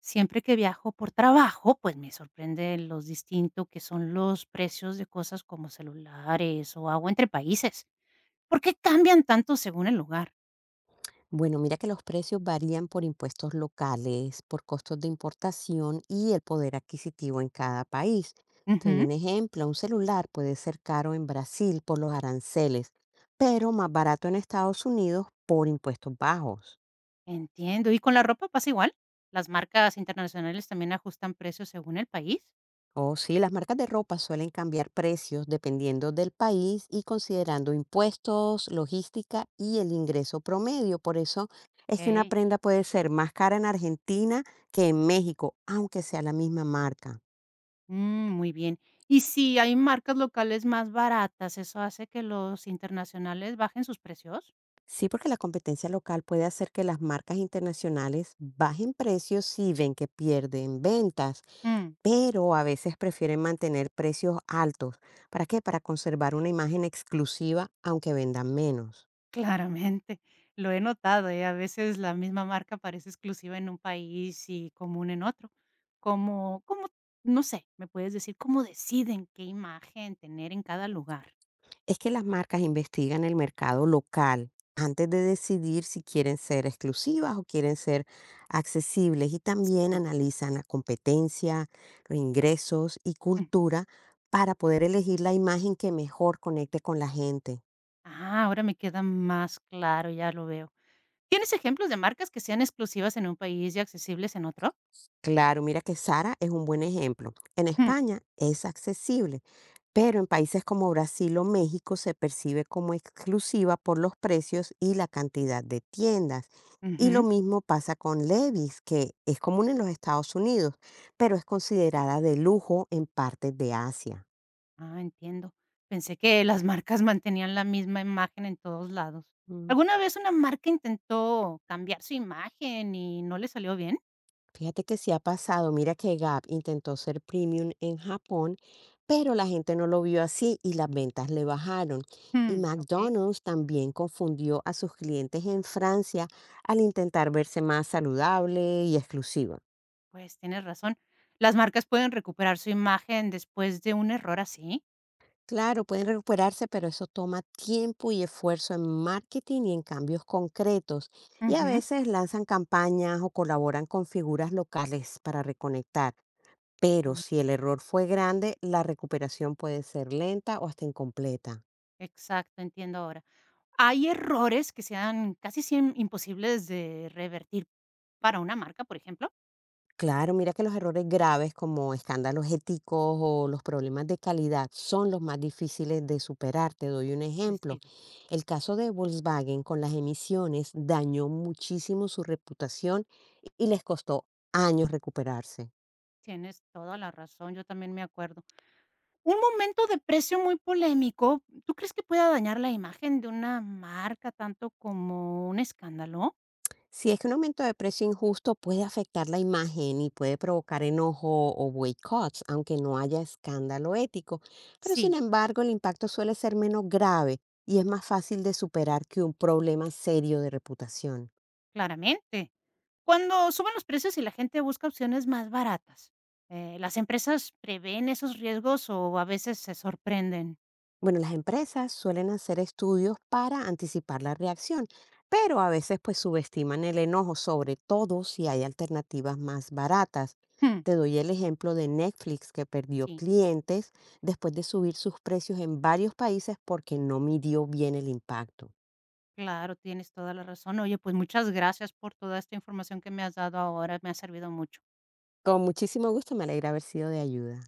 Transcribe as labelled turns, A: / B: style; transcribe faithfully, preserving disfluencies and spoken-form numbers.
A: Siempre que viajo por trabajo, pues me sorprende los distinto que son los precios de cosas como celulares o agua entre países. ¿Por qué cambian tanto según el lugar?
B: Bueno, mira que los precios varían por impuestos locales, por costos de importación y el poder adquisitivo en cada país. Te doy
A: Ujú.
B: un ejemplo, un celular puede ser caro en Brasil por los aranceles, pero más barato en Estados Unidos por impuestos bajos.
A: Entiendo. ¿Y con la ropa pasa igual? ¿Las marcas internacionales también ajustan precios según el país?
B: O sí, las marcas de ropa suelen cambiar precios dependiendo del país y considerando impuestos, logística y el ingreso promedio. Por eso es que una
A: Ok,
B: prenda puede ser más cara en Argentina que en México, aunque sea la misma marca.
A: mm, muy bien. ¿Y si hay marcas locales más baratas, eso hace que los internacionales bajen sus precios?
B: Sí, porque la competencia local puede hacer que las marcas internacionales bajen precios si ven que pierden ventas,
A: Mm.
B: pero a veces prefieren mantener precios altos. ¿Para qué? Para conservar una imagen exclusiva aunque vendan menos.
A: Claramente, lo he notado, ¿eh? A veces la misma marca parece exclusiva en un país y común en otro. Como, como, no sé, me puedes decir cómo deciden qué imagen tener en cada lugar.
B: Es que las marcas investigan el mercado local antes de decidir si quieren ser exclusivas o quieren ser accesibles y también
A: Sí.
B: analizan la competencia, los ingresos y
A: Ujú.
B: cultura para poder elegir la imagen que mejor conecte con la gente.
A: Ah, ahora me queda más claro, ya lo veo. ¿Tienes ejemplos de marcas que sean exclusivas en un país y accesibles en otro?
B: Claro, mira que Sara es un buen ejemplo. En
A: Mm,
B: España es accesible, pero en países como Brasil o México se percibe como exclusiva por los precios y la cantidad de tiendas. Y lo
A: ujú.
B: mismo pasa con Levi's, que es común en los Estados Unidos, pero es considerada de lujo en partes de Asia.
A: Ah, entiendo. Pensé que las marcas mantenían la misma imagen en todos lados.
B: Mm,
A: ¿Alguna vez una marca intentó cambiar su imagen y no le salió bien?
B: Fíjate que sí ha pasado. Mira que Gap intentó ser premium en Japón, pero la gente no lo vio así y las ventas le bajaron. Y
A: Mm, ok,
B: McDonald's también confundió a sus clientes en Francia al intentar verse más saludable y exclusiva.
A: pues tienes razón. Las marcas pueden recuperar su imagen después de un error así.
B: Claro, pueden recuperarse, pero eso toma tiempo y esfuerzo en marketing y en cambios concretos. Y a
A: Ujú.
B: veces lanzan campañas o colaboran con figuras locales para reconectar. Pero
A: Mm.
B: si el error fue grande, la recuperación puede ser lenta o hasta incompleta.
A: Exacto, entiendo ahora. ¿Hay errores que sean casi siem- imposibles de revertir para una marca, por ejemplo?
B: Claro, mira que los errores graves como escándalos éticos o los problemas de calidad son los más difíciles de superar. Te doy un
A: Te
B: ejemplo.
A: sigo.
B: El caso de Volkswagen con las emisiones dañó muchísimo su reputación y les costó años recuperarse.
A: Tienes toda la razón, yo también me acuerdo. Un momento de precio muy polémico, ¿tú crees que pueda dañar la imagen de una marca tanto como un escándalo?
B: Si es que un aumento de precio injusto puede afectar la imagen y puede provocar enojo o boicots, aunque no haya escándalo ético. Pero sin
A: Sí,
B: embargo, el impacto suele ser menos grave y es más fácil de superar que un problema serio de reputación.
A: claramente. Cuando suben los precios y la gente busca opciones más baratas, eh, las empresas prevén esos riesgos o a veces se sorprenden.
B: Bueno, las empresas suelen hacer estudios para anticipar la reacción, pero a veces pues subestiman el enojo, sobre todo si hay alternativas más baratas.
A: Hmm,
B: Te doy el ejemplo de Netflix que perdió
A: sí,
B: clientes después de subir sus precios en varios países porque no midió bien el impacto.
A: claro, tienes toda la razón. Oye, pues muchas gracias por toda esta información que me has dado ahora, me ha servido mucho.
B: Con muchísimo gusto, me alegra haber sido de ayuda.